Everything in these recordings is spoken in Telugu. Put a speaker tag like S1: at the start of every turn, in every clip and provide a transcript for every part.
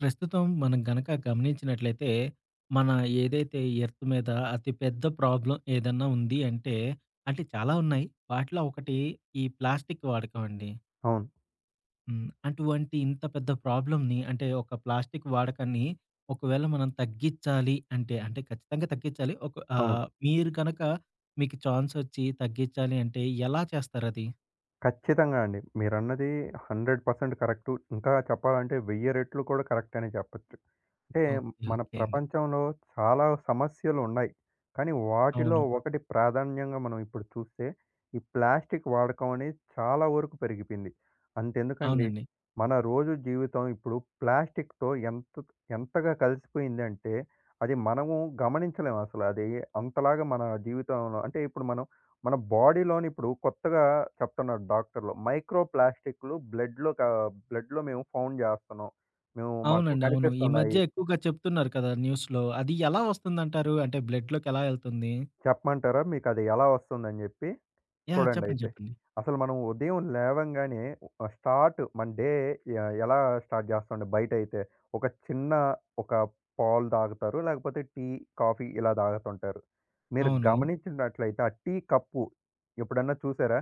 S1: ప్రస్తుతం మనం గనక గమనించినట్లయితే, మన ఏదైతే ఎర్త్ మీద అతి పెద్ద ప్రాబ్లమ్ ఏదన్నా ఉంది అంటే, అంటే చాలా ఉన్నాయి. వాటిలో ఒకటి ఈ ప్లాస్టిక్ వాడకం అండి.
S2: అవును.
S1: అటువంటి ఇంత పెద్ద ప్రాబ్లమ్‌ని అంటే ఒక ప్లాస్టిక్ వాడకాన్ని ఒకవేళ మనం తగ్గించాలి అంటే, అంటే ఖచ్చితంగా తగ్గించాలి. ఒక
S2: అవును.
S1: మీరు గనక మీకు ఛాన్స్ ఒచ్చి తగ్గించాలి అంటే ఎలా చేస్తారది?
S2: ఖచ్చితంగా అండి. మీరన్నది 100% కరెక్టు. ఇంకా చెప్పాలంటే 1000 రెట్లు కూడా కరెక్ట్ అనే చెప్పొచ్చు. అంటే
S1: ఓకే.
S2: మన
S1: ఓకే అండి.
S2: ప్రపంచంలో చాలా సమస్యలున్నాయి. కానీ వాటిలో
S1: అవును.
S2: ఒకటి ప్రాధాన్యంగా మనం ఇప్పుడు చూస్తే ఈ ప్లాస్టిక్ వాడకం అనేది చాలా వరకు పెరిగిపోయింది. అంతెందుకండి,
S1: అవునండి.
S2: మన రోజు జీవితం ఇప్పుడు ప్లాస్టిక్‌తో ఎంత ఎంతగా కలిసిపోయిందంటే అది మనము గమనించలేమసల. అది అంతలాగా మన జీవితంలో అంటే ఇప్పుడు మనం మన బాడీలోని ఇప్పుడు కొత్తగా చెప్తున్నారు డాక్టర్లు. మైక్రో ప్లాస్టిక్‌లు బ్లడ్‌లో మేము ఫౌండ్ చేస్తున్నాం. మేము మాకు
S1: అవునండి. అవును. ఈ
S2: కనిపిస్తున్నాయి.
S1: మధ్య ఎక్కువగా చెప్తున్నారు కదా! న్యూస్‌లో. అది ఎలా వస్తుందంటారు? అంటే బ్లడ్‌లోకి ఎలా ఎళ్తుంది?
S2: చెప్పమంటారా? మీకది ఎలా వస్తుందని జెప్పి?
S1: యాహ్! చెప్పండి.
S2: చూడండయితే.
S1: చెప్పండి.
S2: అసలు మనం ఉదయం లేవంగానే, స్టార్ట్ మన డే ఎ ఎలా స్టార్ట్ చేస్తామండి బయటయితే? ఒక చిన్న ఒక పాలు తాగుతారు, లేకపోతే టీ, కాఫీ ఇలా తాగుతుంటారు. మీరు
S1: అవును.
S2: గమనించినట్లయితే ఆ టీ కప్పు ఎప్పుడన్నా చూసారా?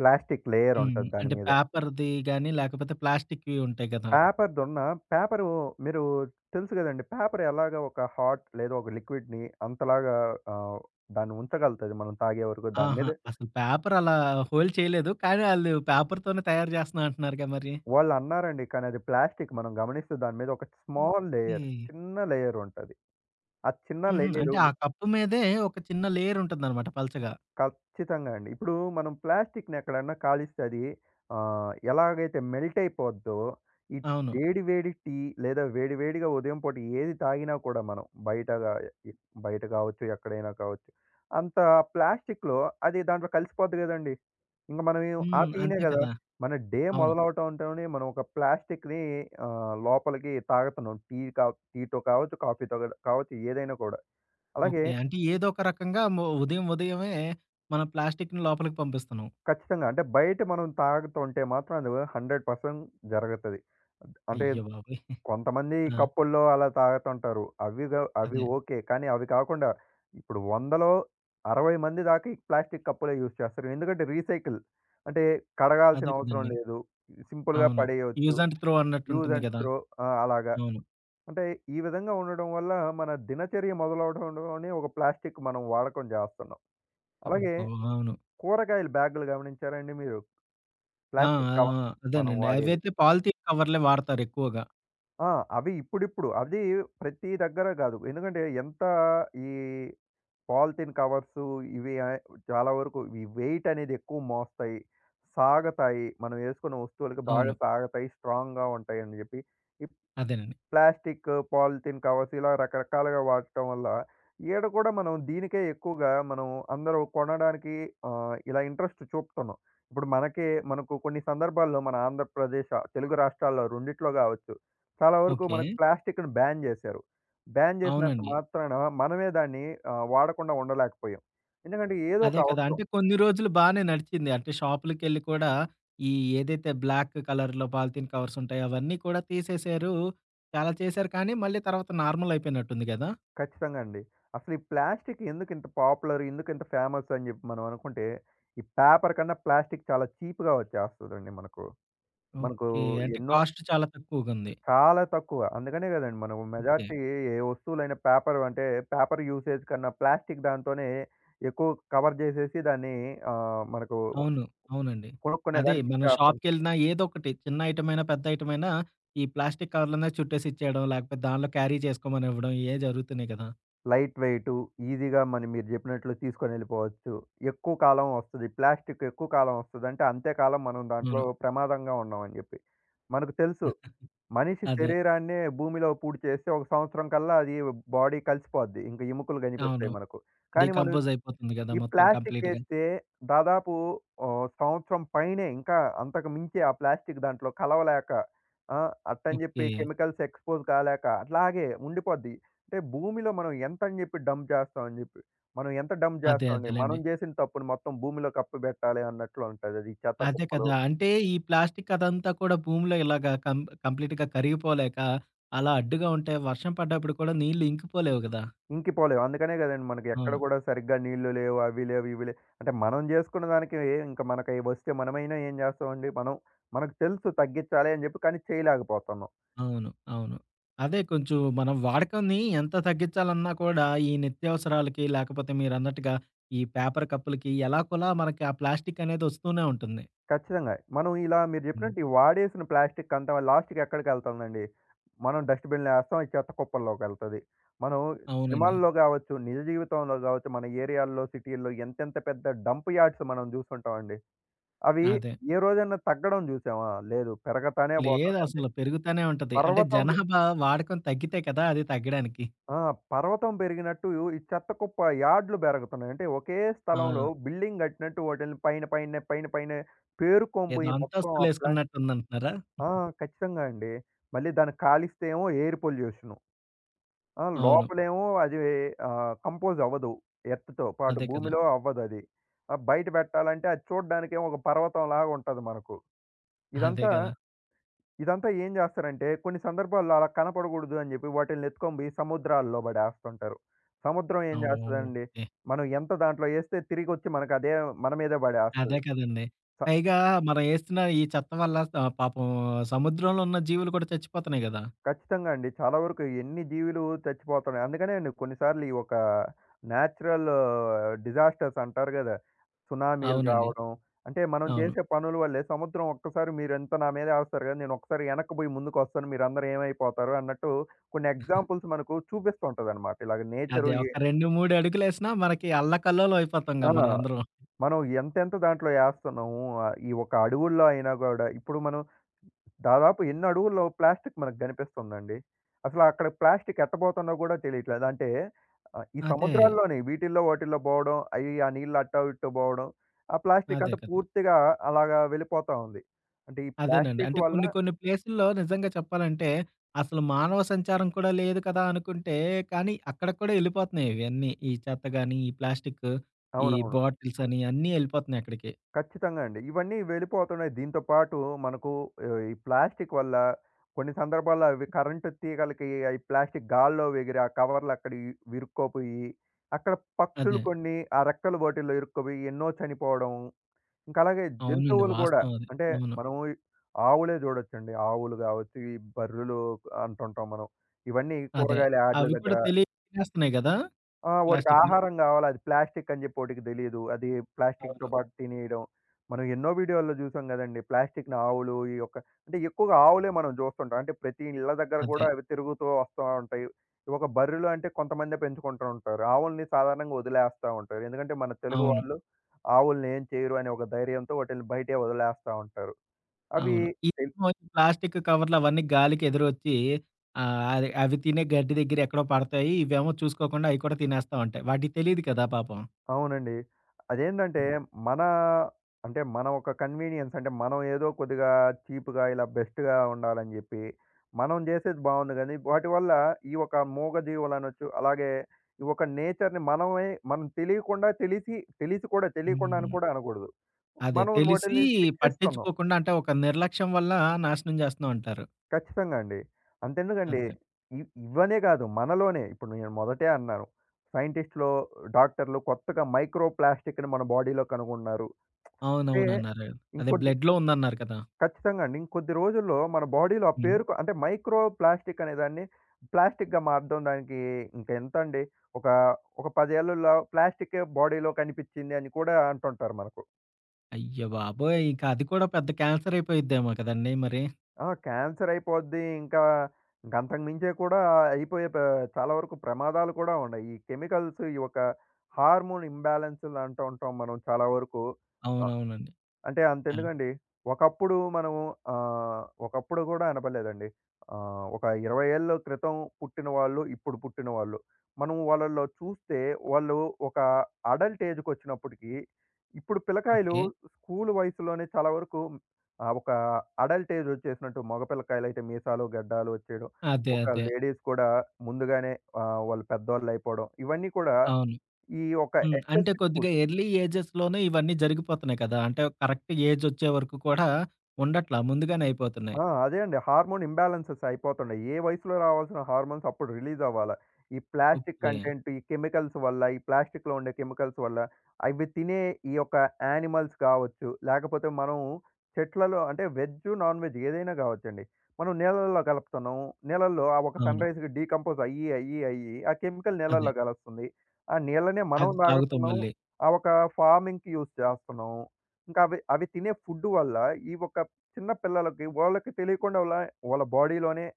S2: ప్లాస్టిక్ లేయర్
S1: హ్మ్.
S2: ఉంటది దాని
S1: అంటే
S2: మీద.
S1: పేపర్‌ది గాని, లేకపోతే ప్లాస్టిక్‌వి ఉంటాయి కదా!
S2: పేపర్‌దున్న పేపరు మీరు తెలుసు గదండీ! పేపర్ ఎలాగా ఒక హాట్ లేదా ఒక లిక్విడ్‌ని అంతలాగా ఆహ్, దాన్ని ఉంచగలుగుతది మనం తాగే వరకు. దాని
S1: ఆహా!
S2: మీద
S1: అసలు పేపర్ అలా హోల్డ్ చేయలేదు. కానీ ఆళ్ళు పేపర్‌తోనే తయారు చేస్తున్నా అంటున్నారుగా మరి.
S2: వాళ్ళన్నారండి. కానీ అది ప్లాస్టిక్ మనం గమనిస్తే దాని మీద ఒక స్మాల్
S1: ఓకే.
S2: లేయర్, చిన్న లేయరుంటది. ఆ చిన్న
S1: హుహు. అంటే
S2: లేయరు,
S1: ఆ కప్పు మీదే ఒక చిన్న లేయర్ ఉంటుందన్నమాట పలచగా.
S2: ఖచ్చితంగా అండి. ఇప్పుడు మనం ప్లాస్టిక్‌ని ఎక్కడన్నా కాలిస్తే అది, ఎలాగైతే మెల్ట్ అయిపోద్దో, ఈ
S1: అవును.
S2: వేడి వేడి టీ లేదా వేడి వేడిగా ఉదయం పూట ఏది తాగినా కూడా మనం బయటగా, ఎ బయట కావచ్చు, ఎక్కడైనా కావచ్చు. అంత ప్లాస్టిక్‌లో అది దాంట్లో కలిసిపోద్ది గదండీ! ఇంక మనం ఏం- ఆ
S1: హ్మ్.
S2: టీనే
S1: అంతే
S2: గదా!
S1: కదా!
S2: మన డే
S1: అవును.
S2: మొదలవటంతోనే మనం ఒక ప్లాస్టిక్‌ని లోపలికి తాగుతున్నాం. టీ కా టీతో కావచ్చు, కాఫీతో కావచ్చు, ఏదైనా కూడా. అలాగే
S1: ఓకే. అంటే ఏదో ఒక రకంగా ఉదయం ఉదయమే మనం ప్లాస్టిక్‌ని లోపలికి పంపిస్తున్నాం.
S2: ఖచ్చితంగా. అంటే బయట మనం తాగుతుంటే మాత్రం అది 100% జరుగుతది. అంటే
S1: అయ్య బాబోయ్!
S2: కొంతమంది
S1: ఆ!
S2: కప్పుల్లో అలా తాగుతుంటారు. అవి
S1: అదే.
S2: ఓకే. కానీ అవి కాకుండా ఇప్పుడు 100లో 60 మంది దాకా ఈ ప్లాస్టిక్ కప్పులే యూజ్ చేస్తారు. ఎందుకంటే రీసైకిల్, అంటే కడగాల్సిన
S1: అదే
S2: అవసరం
S1: కదండీ.
S2: లేదు. సింపుల్‌గా
S1: అవును.
S2: పడేయొచ్చు.
S1: యూజ్ అండ్ త్రో
S2: యూజ్
S1: అన్నట్టుంటుంది
S2: అండ్
S1: గదా!
S2: త్రో, ఆ! అలాగా.
S1: అవును.
S2: అంటే ఈ విధంగా ఉండడం వల్ల మన దినచర్య మొదలవడంలోనే ఒక ప్లాస్టిక్ మనం వాడకం చేస్తున్నాం. అలాగే
S1: అబ్బో! అవును.
S2: కూరగాయల బ్యాగులు గమనించారా అండి మీరు?
S1: ఆ!
S2: ప్లాస్టిక్
S1: ఆ! ఆ!
S2: కవర్స్ మనం
S1: అదేనండి.
S2: వాడేది.
S1: అవైతే పాలిథీన్ కవర్‌లే వాడతారు ఎక్కువగా.
S2: ఆ! అవి ఇప్పుడిప్పుడు. అది ప్రతి దగ్గర గాదు. ఎందుకంటే ఎంత ఈ పాలిథీన్ కవర్సు ఇవి, చాలా వరకు ఈ వెయిట్ అనేది ఎక్కువ మోస్తాయి. సాగతాయి. మనం యేసుకున్న వస్తువులకి బాగా
S1: అవును.
S2: సాగతాయి. స్ట్రాంగ్‌గా ఉంటాయని జెప్పి ఈ
S1: అదేనండి.
S2: ప్లాస్టిక్, పాలిథీన్ కవర్స్ ఇలా రకరకాలుగా వాడటం వల్ల, ఈడ కూడా మనం దీనికే ఎక్కువగా మనం అందరూ కొనడానికి ఇలా ఇంట్రెస్ట్ చూపుతున్నాం. ఇప్పుడు మనకే మనకు కొన్ని సందర్భాల్లో మన ఆంధ్రప్రదేశ్, ఆ, తెలుగు రాష్ట్రాల్లో రెండిట్లో గావచ్చు, చాలా వరకు
S1: ఓకే.
S2: మనకు ప్లాస్టిక్‌ని బ్యాన్ జేశారు. బ్యాన్ జేసినంత
S1: అవునండి.
S2: మాత్రాన మనమే దాన్ని వాడకుండా ఉండలేకపోయాం. ఎందుకంటే ఏదో
S1: అదే
S2: ఒక
S1: కదా!
S2: అవసరం.
S1: అంటే కొన్ని రోజులు బానే నడిచింది. అంటే షాపులకెళ్ళి కూడా ఈ ఏదైతే బ్లాక్ కలర్‌లో పాలిథీన్ కవర్స్ ఉంటాయో అవన్నీ కూడా తీసేశారు. చాలా చేశారు కానీ మళ్ళీ తర్వాత నార్మల్ అయిపోయినట్టుంది గదా!
S2: ఖచ్చితంగా అండి. అసలు ఈ ప్లాస్టిక్ ఎందుకు ఇంత పాపులర్, ఎందుకు ఇంత ఫేమస్ అని జెప్పి మనం అనుకుంటే, ఈ పేపర్ కన్నా ప్లాస్టిక్ చాలా చీప్‌గా వచ్చేస్తదండి మనకు. మనకు
S1: ఓకే. అంటే
S2: ఎన్నో,
S1: కాస్ట్ చాలా తక్కువగుంది.
S2: చాలా తక్కువ. అందుకనే గదండీ మనం
S1: ఓకే.
S2: మెజారిటీ ఏ వస్తువులైనా, పేపర్ అంటే పేపర్ యూసేజ్ కన్నా ప్లాస్టిక్ దాంతోనే ఎక్కువ కవర్ జేసేసి దాన్ని, మనకు
S1: అవును. అవునండి.
S2: కొనుక్కునే
S1: అదే
S2: దానికి
S1: మనం
S2: ఇచ్చేస్తుంటారు.
S1: షాప్‌కెళ్ళినా ఏదోకటి చిన్న ఐటమైనా, పెద్ద ఐటమైనా ఈ ప్లాస్టిక్ కవర్‌లోనే చుట్టేసి ఇచ్చేయడం, లేకపోతే దానిలో క్యారీ చేసుకోమని ఇవ్వడం ఇయే జరుగుతున్నాయి కదా!
S2: Light weight. ఈజీగా మరి మీరు జెప్పినట్లు తీసుకొనెళ్ళిపోవచ్చు. ఎక్కువ కాలం వస్తది. ప్లాస్టిక్ ఎక్కువ కాలం వస్తదంటే, అంతే కాలం మనం దాంట్లో
S1: అవును.
S2: ప్రమాదంగా ఉన్నామని జెప్పి. మనకు తెలుసు. మనిషి
S1: అదే.
S2: శరీరాన్నే భూమిలో పూడ్చేస్తే ఒక సంవత్సరం కల్లా అది, బాడీ కలిసిపోద్ది. ఇంక ఎముకలు
S1: అవును.
S2: గనిపిస్తాయి మనకు. కానీ మనం
S1: డీకంపోజ్ అయిపోతుంది కదా!
S2: ఈ
S1: మొత్తం
S2: ప్లాస్టిక్
S1: కంప్లీట్‌గా.
S2: ఏస్తే దాదాపు సంవత్సరం పైనే, ఇంకా అంతకు మించి ఆ ప్లాస్టిక్ దాంట్లో కలవలేక, ఆ! అట్టని
S1: ఓకే.
S2: జెప్పి కెమికల్స్ ఎక్స్‌పోజ్ కాలేక అట్లాగే ఉండిపోద్ది. అంటే భూమిలో మనం ఎంతని జెప్పి డంప్ జేస్తాం అని జెప్పి. మనం ఎంత డంప్
S1: అదే
S2: జేస్తామండి. మనం
S1: అదేలెండి.
S2: జేసిన తప్పును మొత్తం భూమిలో కప్పిబెట్టాలి అన్నట్లు ఉంటదది. చెత్త
S1: అదే
S2: కుప్పలు
S1: కదా! అంటే ఈ ప్లాస్టిక్ అదంతా కూడా భూమిలో ఇలాగా కంప్లీట్‌గా కరిగిపోలేక, అలా అడ్డుగా ఉంటే వర్షం పడ్డప్పుడు కూడా నీళ్ళు ఇంకిపోలేవు కదా!
S2: ఇంకిపోలేవు. అందుకనే గదండీ మనకి ఎక్కడ
S1: అవును.
S2: గూడా సరిగ్గా నీళ్లు లేవు. అవి లేవు, ఇవి లేవు. అంటే మనం జేసుకున్న దానికి, ఇంక మనకయి వస్తే మనమైనా ఏం జేస్తామండి. మనకు తెలుసు తగ్గిచ్చాలి అని జెప్పి, కానీ చేయలేకపోతున్నాం.
S1: అవును. అవును. అదే కొంచెం మనం వాడకంని ఎంత తగ్గించాలన్నా కూడా ఈ నిత్యావసరాలకి లేకపోతే మీరన్నట్టుగా ఈ పేపర్ కప్పులకి ఎలాగోలా మనకి ఆ ప్లాస్టిక్ అనేది వస్తూనే ఉంటుంది.
S2: ఖచ్చితంగా. మనం ఇలా మీరు
S1: హ్మ్.
S2: చెప్పినట్టు ఈ వాడేసిన ప్లాస్టిక్ అంతా లాస్ట్‌కి ఎక్కడికెళ్తుందండి? మనం డస్ట్‌బిన్‌లో ఏస్తాం. అది చెత్త కుప్పల్లోకెళ్తది. మనం
S1: అవునండి.
S2: సినిమాల్లో గావచ్చు, నిజ జీవితంలో గావచ్చు, మన ఏరియాల్లో, సిటీల్లో ఎంతెంత పెద్ద డంప్ యార్డ్స్ మనం జూసుంటామండి. అవి
S1: అదే.
S2: ఏ రోజైనా తగ్గడం జూసామా? లేదు. పెరగతానే బోతున్నాయి. అంటే
S1: లేదసలు పెరుగుతానే ఉంటది. అంటే
S2: పర్వతం బె
S1: జనాభా వాడకం తగ్గితే కదా! అది తగ్గడానికి.
S2: ఆ! పర్వతం పెరిగినట్టు ఈ చెత్త కుప్ప యార్డ్‌లు బెరగుతున్నాయి. అంటే ఒకే స్థలంలో
S1: అవును.
S2: బిల్డింగ్ గట్టినట్టు వాటిల్ని పైన పైనే, పైన పైనే పేరుకొని
S1: ఏదో
S2: పోయి మొత్తం ఆ ప్లా,
S1: అంతస్తులేసుకున్నట్టుందంటున్నారా?
S2: ఆ! ఖచ్చితంగా అండి. మళ్ళీ దాన్ని కాలిస్తే ఏమో ఎయిర్ పొల్యూషను. ఆ!
S1: అవును.
S2: లోపలేమో అది కంపోజ్ అవ్వదు. ఎర్త్‌తో పాటు
S1: అదే కదా!
S2: భూమిలో అవ్వదది. బయట పెట్టాలంటే అది చూడడానికేమో ఒక పర్వతంలాగా ఉంటది మనకు.
S1: అదే
S2: ఇదంతా
S1: కదా!
S2: ఇదంతా ఏం చేస్తారంటే కొన్ని సందర్భాల్లో అలా కనపడకూడదు అని చెప్పి వాటిల్ని ఎత్తుకొని పోయి సముద్రాల్లో పడేస్తుంటారు. సముద్రం ఏం చేస్తదండి?
S1: ఓకే.
S2: మనం ఎంత దాంట్లో ఎస్తే తిరిగొచ్చి మనకు అదే మన మీదే
S1: అదే
S2: పడేస్తది. స,
S1: కదండీ. పైగా మనం ఏస్తున్న ఈ చెత్త వల్ల పాపం సముద్రంలో ఉన్న జీవులు కూడా చచ్చిపోతున్నాయి గదా!
S2: ఖచ్చితంగా అండి. చాలా వరకు ఎన్ని జీవులు చచ్చిపోతున్నాయి. అందుకనే అండి కొన్నిసార్లు ఈ ఒక నేచురల్ డిజాస్టర్స్ అంటారు గదా! సునామీలు ఓకే.
S1: అవునండి.
S2: రావడం. అంటే మనం ఓకే.
S1: అవును.
S2: చేసే పనుల వల్లే సముద్రం ఒక్కసారి, మీరెంత నా మీద ఏస్తారు గదా! నేను ఒక్కసారి వెనక్కి పోయి ముందుకొస్తాను. మీరందరూ ఏమైపోతారు అన్నట్టు కొన్ని ఎగ్జాంపుల్స్ మనకు చూపిస్తూ ఉంటదనమాట. ఇలాగ నేచరు
S1: అదే ఒక
S2: ఎ
S1: 2, 3 అడుగులేసినా మనకి అల్లకల్లోలం అయిపోతాంగా
S2: ఆ!
S1: మనం అందరం.
S2: మనం ఎంతెంత దాంట్లో ఏస్తున్నాము. ఈ ఒక అడవుల్లో అయినా గూడా ఇప్పుడు మనం దాదాపు ఎన్ని అడుగుల్లో ప్లాస్టిక్ మనకు గనిపిస్తుందండి. అసలు అక్కడ ప్లాస్టిక్ ఎట్టబోతుందో గూడా తెలియట్లేదు. అంటే ఈ
S1: అదే.
S2: సముద్రాల్లోని వీటిల్లో వాటిల్లో బోవడం, అయి ఆ నీళ్ళు అట్టో ఇట్టో బోవడం, ఆ ప్లాస్టిక్
S1: అదే
S2: అంతా
S1: కదా!
S2: పూర్తిగా అలాగా వెళ్ళిపోతా ఉంది. అంటే ఈ
S1: అదేనండి.
S2: ప్లాస్టిక్
S1: అంటే
S2: వల్ల,
S1: కొన్ని కొన్ని ప్లేసుల్లో నిజంగా చెప్పాలంటే అసలు మానవ సంచారం కూడా లేదు కదా అనుకుంటే, కానీ అక్కడికి కూడా ఎళ్ళిపోతున్నాయి ఇవన్నీ. ఈ చెత్త గాని, ఈ ప్లాస్టిక్, ఈ
S2: అవునవును.
S1: బాటిల్స్ అని అన్నీ ఎళ్ళిపోతున్నాయి అక్కడికి.
S2: ఖచ్చితంగా అండి. ఇవన్నీ వెళ్ళిపోతున్నాయి. దీంతో పాటు మనకు ఈ ప్లాస్టిక్ వల్ల కొన్ని సందర్భాల్లో అవి కరెంటు తీగలకి అయి ప్లాస్టిక్ గాల్లో ఎగిరి ఆ కవర్లు అక్కడ ఇరుక్కోపోయి, అక్కడ పక్షులు
S1: అదే.
S2: కొన్ని ఆ రెక్కల బోటిల్లో ఇరుక్కుపోయి ఎన్నో చనిపోవడం. ఇంకా అలాగే
S1: అవునండి.
S2: జంతువులు అవును కూడా.
S1: వాస్తవం అది.
S2: అంటే
S1: అవును.
S2: మనం ఆవులే చూడొచ్చండి. ఆవులు కావచ్చు, ఈ బర్రెలు అంటుంటాం మనం. ఇవన్నీ
S1: అదే.
S2: కూరగాయల యాడ్ల
S1: అవి కూడా
S2: దగ్గర,
S1: తెలియక తినేస్తున్నాయి గదా!
S2: ఆ! వాటికి
S1: ప్లాస్టిక్‌ని.
S2: ఆహారం గావాలి. అది ప్లాస్టిక్ అని జెప్పి ఓటికి తెలీదు. అది ప్లాస్టిక్‌తో
S1: అవును.
S2: పాటు తినేయడం. మనం ఎన్నో వీడియోల్లో జూసాం గదండీ! ప్లాస్టిక్‌ని ఆవులు ఈ యొక్క, అంటే ఎక్కువగా ఆవులే మనం జూస్తుంటాం. అంటే ప్రతి ఇళ్ళ దగ్గర
S1: అదే.
S2: గూడా అవి తిరుగుతూ వస్తా ఉంటాయి. ఒక బర్రెలు అంటే కొంతమందే పెంచుకుంటూ ఉంటారు. ఆవుల్ని సాధారణంగా వదిలేస్తా ఉంటారు. ఎందుకంటే మన తెలుగు
S1: అవును.
S2: వాళ్ళు ఆవుల్ని ఏం చేయరు అనే ఒక ధైర్యంతో వాటిల్ని బయటే వదిలేస్తా ఉంటారు. అవి
S1: అవును.
S2: తె
S1: ఇవేమో ఈ ప్లాస్టిక్ కవర్‌లవన్నీ గాలికెదురొచ్చి అది అవి తినే గడ్డి దగ్గర ఎక్కడో పడతాయి. ఇవేమో చూసుకోకుండా అయి కూడా తినేస్తా ఉంటాయి. వాటికి తెలీదు కదా పాపం.
S2: అవునండి. అదేంటంటే మన, అంటే మన ఒక కన్వీనియన్స్, అంటే మనం ఏదో కొద్దిగా చీప్‌గా ఇలా బెస్ట్‌గా ఉండాలని జెప్పి, మనం జేసేది బావుంది గానీ, వాటి వల్ల ఈ ఒక మూగజీవులనొచ్చు, అలాగే ఈ ఒక నేచర్‌ని మనమే మనం తెలియకుండా, తెలిసి తెలిసి కూడా, తెలియకుండా అని
S1: హ్మ్.
S2: కూడా అనకూడదు.
S1: అదే
S2: మనం
S1: తెలిసి
S2: వాటిల్ని శిక్షిస్తున్నాం.
S1: పట్టించుకోకుండా అంటే ఒక నిర్లక్ష్యం వల్ల నాశనం జేస్తున్నాం అంటారు.
S2: ఖచ్చితంగా అండి. అంతెందుకండి
S1: అదే.
S2: ఇవ్వనే గాదు, మనలోనే ఇప్పుడు నేను మొదటే అన్నాను. సైంటిస్ట్‌లో, డాక్టర్‌లు కొత్తగా మైక్రో ప్లాస్టిక్‌ని మన బాడీలో కనుగొన్నారు. అంటే
S1: అవునవునన్నారు. అదే
S2: ఇంకొద్ది,
S1: బ్లడ్‌లో ఉందన్నారు కదా!
S2: ఖచ్చితంగా అండి. ఇంకొద్ది రోజుల్లో మన బాడీలో ఆ
S1: హ్మ్.
S2: పేరుకు అంటే మైక్రో ప్లాస్టిక్ అనేదాన్ని ప్లాస్టిక్‌గా మార్చడం దానికి ఇంకా ఎంతండి. ఒక, ఒక 10 ఏళ్లలో ప్లాస్టికే బాడీలో కనిపించింది అని కూడా అంటుంటారు మనకు.
S1: అయ్య బాబోయ్! ఇక అది కూడా పెద్ద క్యాన్సర్ అయిపోయిద్దేమో కదండీ మరి!
S2: ఆ! క్యాన్సర్ అయిపోద్ది. ఇంకా అంతకు మించే కూడా అయిపోయే ప చాలా వరకు ప్రమాదాలు కూడా ఉన్నాయి. ఈ కెమికల్స్, ఈ ఒక హార్మోన్ ఇంబాలెన్స్‌లు అంటూ ఉంటాం మనం చాలా వరకు.
S1: అవునవునండి.
S2: అంటే
S1: ఆ!
S2: అంతెందుకండి. ఒకప్పుడు మనము ఒకప్పుడు గూడా అనబడలేదండి. ఒక 20 ఏళ్ల క్రితం పుట్టిన వాళ్ళు, ఇప్పుడు పుట్టిన వాళ్ళు. మనం వాళ్ళలో చూస్తే వాళ్ళు ఒక అడల్ట్ ఏజ్‌కొచ్చినప్పటికి, ఇప్పుడు పిల్లకాయలు
S1: ఓకే.
S2: స్కూల్ వయసులోనే చాలా వరకు ఒక అడల్ట్ ఏజ్ వచ్చేసినట్టు, మగ పిల్లకాయలైతే మీసాలు, గడ్డాలు వచ్చేయడం.
S1: అదే.
S2: ఒక
S1: అదే.
S2: లేడీస్ కూడా ముందుగానే వాళ్ళు పెద్దోళ్ళయిపోవడం. ఇవన్నీ కూడా
S1: అవును.
S2: ఈ ఒక
S1: హ్మ్. అంటే
S2: ఎక్సెసివ్
S1: కొద్దిగా
S2: ఫుడ్,
S1: ఎర్లీ ఏజెస్‌లోనే ఇవన్నీ జరిగిపోతున్నాయి కదా! అంటే కరెక్ట్ ఏజొచ్చే వరకు కూడా ఉండట్లా ముందుగానే అయిపోతున్నాయి.
S2: ఆ! అదే అండి. హార్మోన్ ఇంబాలెన్సెస్ అయిపోతున్నాయి. ఏ వయసులో రావాల్సిన హార్మోన్స్ అప్పుడు రిలీజ్ అవ్వాల. ఈ ప్లాస్టిక్
S1: ఓకే.
S2: కంటెంట్, ఈ కెమికల్స్ వల్ల, ఈ ప్లాస్టిక్‌లో ఉండే కెమికల్స్ వల్ల, అవి తినే ఈ యొక్క యానిమల్స్ కావచ్చు, లేకపోతే మనం చెట్లలో అంటే వెజ్, నాన్ వెజ్ ఏదైనా కావచ్చండి. మనం నీళ్ళల్లో కలుపుతున్నాం. నీళ్ళల్లో ఆ ఒక
S1: అవును.
S2: సన్‌రైజ్‌కి డీకంపోజ్ అయ్యి ఆ కెమికల్
S1: అదే.
S2: నీళ్ళల్లో కలుస్తుంది. ఆ నీళ్ళనే మనం
S1: అది తాగుతాం
S2: తాగుతున్నాం.
S1: మళ్ళీ.
S2: ఆ ఒక ఫార్మింగ్‌కి యూజ్ చేస్తున్నాం. ఇంకా అవి అవి తినే ఫుడ్ వల్ల ఈ ఒక చిన్న పిల్లలకి వాళ్ళకి తెలియకుండా వాళ్ళ వాళ్ళ బాడీలోనే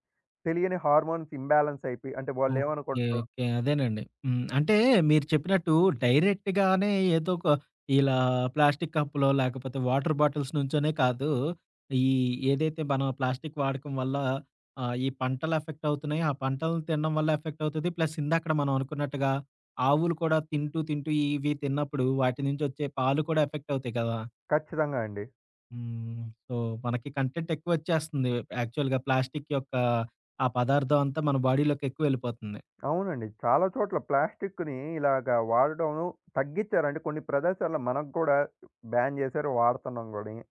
S2: తెలియని హార్మోన్స్ ఇంబ్యాలెన్స్ అయిపోయి, అంటే వాళ్ళు
S1: ఓకే.
S2: ఏమనుకుంటారు.
S1: ఓకే. అదేనండి. హ్మ్. అంటే మీరు చెప్పినట్టు డైరెక్ట్‌గానే ఏదో ఒక ఇలా ప్లాస్టిక్ కప్పు‌లో లేకపోతే వాటర్ బాటిల్స్ నుంచోనే కాదు. ఈ ఏదైతే మనం ప్లాస్టిక్ వాడకం వల్ల ఈ పంటలు ఎఫెక్ట్ అవుతున్నాయి. ఆ పంటలను తినడం వల్ల ఎఫెక్ట్ అవుతది. ప్లస్ ఇందాకడ మనం అనుకున్నట్టుగా ఆవులు కూడా తింటూ, తింటూ ఇవి తిన్నప్పుడు వాటి నుంచి వచ్చే పాలు కూడా ఎఫెక్ట్ అవుతాయి కదా!
S2: ఖచ్చితంగా అండి.
S1: హ్మ్. సో, మనకి కంటెంట్ ఎక్కువొచ్చేస్తుంది. యాక్చువల్‌గా ప్లాస్టిక్ యొక్క ఆ పదార్థం అంతా మన బాడీలోకి ఎక్కువ వెళ్ళిపోతుంది.
S2: అవునండి. చాలా చోట్ల ప్లాస్టిక్‌ని ఇలాగా వాడడం తగ్గించారండి. కొన్ని ప్రదేశాల్లో మనకు కూడా బ్యాన్ చేశారు. వాడుతున్నాం కూడాని.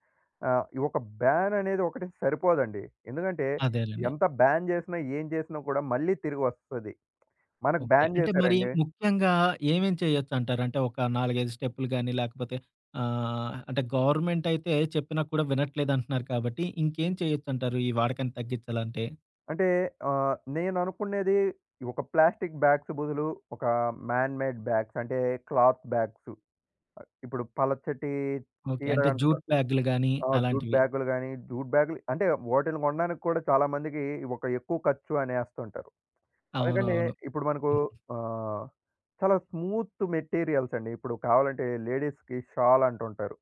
S2: ఈ ఒక బ్యాన్ అనేది ఒకటి సరిపోదండి. ఎందుకంటే
S1: అదేలెండి.
S2: ఎంత బ్యాన్ చేసినా, ఏం చేసినా కూడా మళ్ళీ తిరిగొస్తది. మనకు
S1: ఓకే.
S2: బ్యాన్
S1: అంటే మరి
S2: చేశారండి.
S1: ముఖ్యంగా ఏమేం చేయొచ్చంటారు? అంటే ఒక 4, 5 స్టెప్పులు గాని లేకపోతే అంటే గవర్నమెంట్ అయితే చెప్పినా కూడా వినట్లేదంటున్నారు కాబట్టి ఇంకేం చేయొచ్చంటారు ఈ వాడకాన్ని తగ్గించాలంటే?
S2: అంటే నేననుకునేది ఒక ప్లాస్టిక్ బ్యాగ్స్ బదులు ఒక మ్యాన్ మేడ్ బ్యాగ్స్, అంటే క్లాత్ బ్యాగ్స్. ఇప్పుడు పలచటి
S1: ఓకే.
S2: చీర
S1: అంటే
S2: అంట
S1: జూట్ బ్యాగులు గాని
S2: ఆ! జూట్
S1: అలాంటివి.
S2: బ్యాగులు గాని, జూట్ బ్యాగులు అంటే వాటిని కొనడానికి కూడా చాలా మందికి ఒక ఎక్కువ ఖర్చు అనేస్తుంటారు. అందుకని
S1: అవునవును.
S2: ఇప్పుడు మనకు ఆహ్, చాలా స్మూత్ మెటీరియల్స్ అండి. ఇప్పుడు కావాలంటే లేడీస్‌కి షాల్ అంటుంటారు.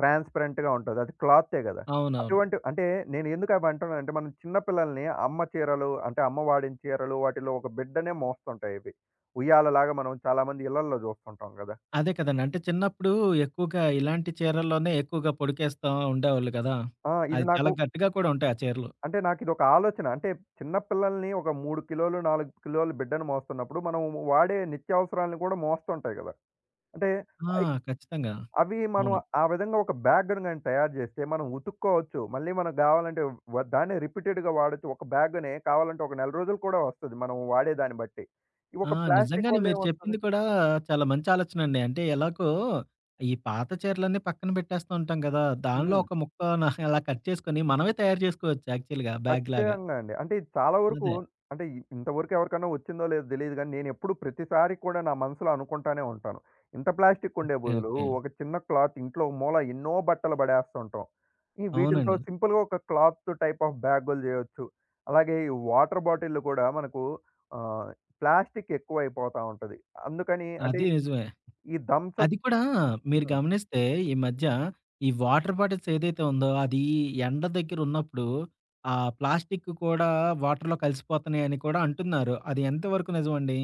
S2: ట్రాన్స్‌పరెంట్‌గా ఉంటది. అది క్లాతే గదా!
S1: అవునవును.
S2: అటువంటి అంటే, నేను ఎందుకు అవి అంటున్నానంటే, మనం చిన్న పిల్లల్ని అమ్మ చీరలు అంటే, అమ్మ వాడిన చీరలు వాటిలో ఒక బిడ్డనే మోస్తుంటాయి ఇవి. ఉయ్యాలలాగా మనం చాలామంది ఇళ్లల్లో జూస్తుంటాం గదా!
S1: అదే కదండీ. అంటే చిన్నప్పుడు ఎక్కువగా ఇలాంటి చీరల్లోనే ఎక్కువగా పొడికేస్తా ఉండేవాళ్ళు కదా!
S2: ఆ! ఇది
S1: అది చాలా
S2: నాకు
S1: గట్టిగా కూడా ఉంటాయి ఆ చీరలు.
S2: అంటే నాకిదొక ఆలోచన. అంటే చిన్న పిల్లల్ని ఒక 3 కిలోలు, 4 కిలోల బిడ్డను మోస్తున్నప్పుడు, మనం వాడే నిత్యావసరాలను గూడా మోస్తుంటాయి గదా! అంటే
S1: ఆ! ఖచ్చితంగా.
S2: అవి మనం
S1: అవును.
S2: ఆ విధంగా ఒక బ్యాగ్‌ను గాని తయారు జేస్తే మనం ఉతుక్కోవచ్చు. మళ్ళీ మనకు గావాలంటే దాన్నే రిపీటెడ్‌గా వాడొచ్చు. ఒక బ్యాగ్‌నే కావాలంటే ఒక నెల రోజులు కూడా వస్తది, మనం వాడే దాన్ని బట్టి. ఈ
S1: ఆ!
S2: ఒక ప్లాస్టిక్
S1: నిజంగానే
S2: వల్ల
S1: మీరు
S2: ఏమొస్తది?
S1: చెప్పింది కూడా చాలా మంచి ఆలోచనండి. అంటే ఎలాగో ఈ పాత చీరలన్నీ పక్కన పెట్టేస్తూ ఉంటాం కదా! దానిలో
S2: హ్మ్.
S1: ఒక ముక్కన అలా కట్ చేసుకొని మనమే తయారు చేసుకోవచ్చు యాక్చువల్‌గా బ్యాగ్‌లాగా.
S2: ఖచ్చితంగా అండి. అంటే ఇది చాలా వరకు,
S1: అదే.
S2: అంటే ఇ- ఇంతవరకు ఎవరికైనా వచ్చిందో లేదో తెలీదు గానీ, నేనెప్పుడు ప్రతిసారి కూడా నా మనసులో అనుకుంటానే ఉంటాను. ఇంత ప్లాస్టిక్ ఉండే
S1: ఓకే.
S2: బదులు
S1: ఓకే.
S2: ఒక చిన్న క్లాత్, ఇంట్లో ఒక మూల ఎన్నో బట్టలు పడేస్తుంటాం. ఈ వీటిలతో
S1: అవునండి.
S2: సింపుల్‌గా ఒక క్లాత్ టైప్ ఆఫ్ బ్యాగులు చేయొచ్చు. అలాగే ఈ వాటర్ బాటిల్‌లు కూడా మనకు ఆహ్, ప్లాస్టిక్ ఎక్కువైపోతా ఉంటది. అందుకని అంటే
S1: అది నిజమే.
S2: ఈ థమ్సప్.
S1: అది కూడా మీరు
S2: హ్మ్.
S1: గమనిస్తే ఈ మధ్య ఈ వాటర్ బాటిల్స్ ఏదైతే ఉందో అది ఎండ దగ్గర ఉన్నప్పుడు ఆ ప్లాస్టిక్ కూడా వాటర్‌లో కలిసిపోతున్నాయి అని కూడా అంటున్నారు. అది ఎంతవరకు నిజమండి?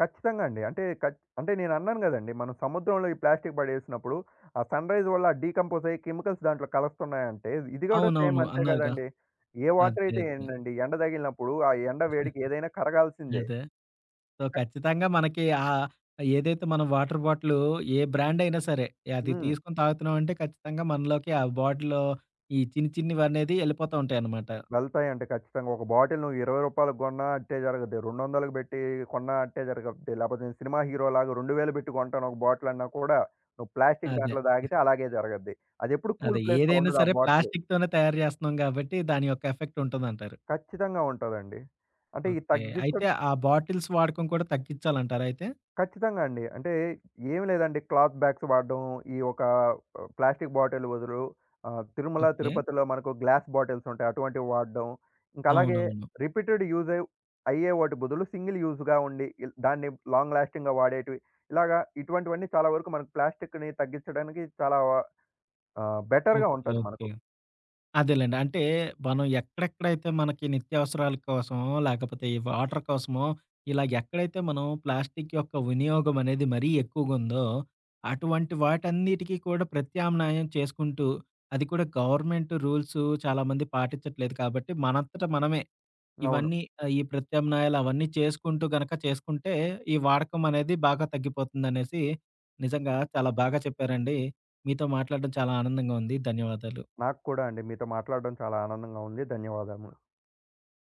S2: ఖచ్చితంగా అండి. అంటే నేను అన్నాను గదండీ! మనం సముద్రంలో ఈ ప్లాస్టిక్ పడేసినప్పుడు ఆ సన్‌రైజ్ వల్ల డీకంపోజ్ అయ్యి కెమికల్స్ దాంట్లో కలుస్తున్నాయంటే, ఇది గూడా సేమ్
S1: అవునవును.
S2: అంతే
S1: అన్నారుగా.
S2: గదండీ! ఏ వాటర్
S1: అదే.
S2: అయితే
S1: అదే.
S2: ఏంటండి? ఎండ తగిలినప్పుడు ఆ ఎండ వేడికి ఏదైనా కరగాల్సిందే.
S1: అదే. సో,
S2: క,
S1: ఖచ్చితంగా మనకి ఏదైతే మనం వాటర్ బాటిలు ఏ బ్రాండ్ అయినా సరే, అది
S2: హ్మ్.
S1: తీసుకొని తాగుతున్నామంటే ఖచ్చితంగా మనలోకి ఆ బాటిల్‌లో ఈ చిన్ని చిన్నివనేది ఎళ్ళిపోతా ఉంటాయన్నమాట.
S2: వెళ్తాయండి ఖచ్చితంగా. ఒక బాటిల్ నువ్వు ₹20కి గొన్నా అట్టే జరగద్ది. 200కి బెట్టి కొన్నా అట్టే జరగద్ది. లేపోతే నేను సినిమా హీరోలాగా 2000 బెట్టి కొంటాను ఒక బాటిల్ అన్నా కూడా, నువ్వు ప్లాస్టిక్
S1: అదే.
S2: దాంట్లో తాగితే అలాగే జరగద్ది. అదెప్పుడు
S1: అదే.
S2: కూల్ ప్లేస్‌లో
S1: ఏదైనా
S2: ఉండదు ఆ
S1: సరే
S2: బాటిల్.
S1: ప్లాస్టిక్‌తోనే తయారు చేస్తున్నాం కాబట్టి దాని యొక్క ఎఫెక్ట్ ఉంటదంటారు.
S2: ఖచ్చితంగా ఉంటదండి. అంటే ఈ
S1: ఓకే.
S2: తగ్గించ,
S1: అయితే ఆ బాటిల్స్ వాడకం కూడా తగ్గించాలంటారా అయితే?
S2: ఖచ్చితంగా అండి. అంటే ఏం లేదండి, క్లాత్ బ్యాగ్స్ వాడడం, ఈ ఒక ప్లాస్టిక్ బాటిల్ బదులు తిరుమల,
S1: ఓకే.
S2: తిరుపతిలో మనకు గ్లాస్ బాటిల్స్ ఉంటాయి. అటువంటివి వాడడం. ఇంకా అలాగే
S1: అవునవును.
S2: రిపీటెడ్ యూజ్ అయ్ అయ్యే వాటి బదులు, సింగిల్ యూజ్‌గా ఉండి ఇల్ దాన్ని లాంగ్ లాస్టింగ్‌గా వాడేటివి. ఇలాగా ఇటువంటివన్నీ చాలా వరకు మనకు ప్లాస్టిక్‌ని తగ్గించడానికి చాలా బెటర్‌గా
S1: ఓకే.
S2: ఉంటది
S1: ఓకే.
S2: మనకు.
S1: అదేలెండి. అంటే మనం ఎక్కడెక్కడైతే మనకి నిత్యావసరాల కోసమో, లేకపోతే ఈ వాటర్ కోసమో, ఇలా ఎక్కడైతే మనం ప్లాస్టిక్ యొక్క వినియోగం అనేది మరీ ఎక్కువగుందో, అటువంటి వాటన్నిటికి కూడా ప్రత్యామ్నాయం చేసుకుంటూ, అది కూడా గవర్నమెంట్ రూల్స్ చాలామంది పాటించట్లేదు కాబట్టి, మనంతట మనమే
S2: అవును.
S1: ఇవన్నీ ఈ ప్రత్యామ్నాయాలు అవన్నీ చేసుకుంటూ గనక చేసుకుంటే, ఈ వాడకం అనేది బాగా తగ్గిపోతుందనేసి నిజంగా చాలా బాగా చెప్పారండి. మీతో మాట్లాడడం చాలా ఆనందంగా ఉంది. ధన్యవాదాలు.
S2: నాకు కూడా అండి. మీతో మాట్లాడడం చాలా ఆనందంగా ఉంది. ధన్యవాదాము.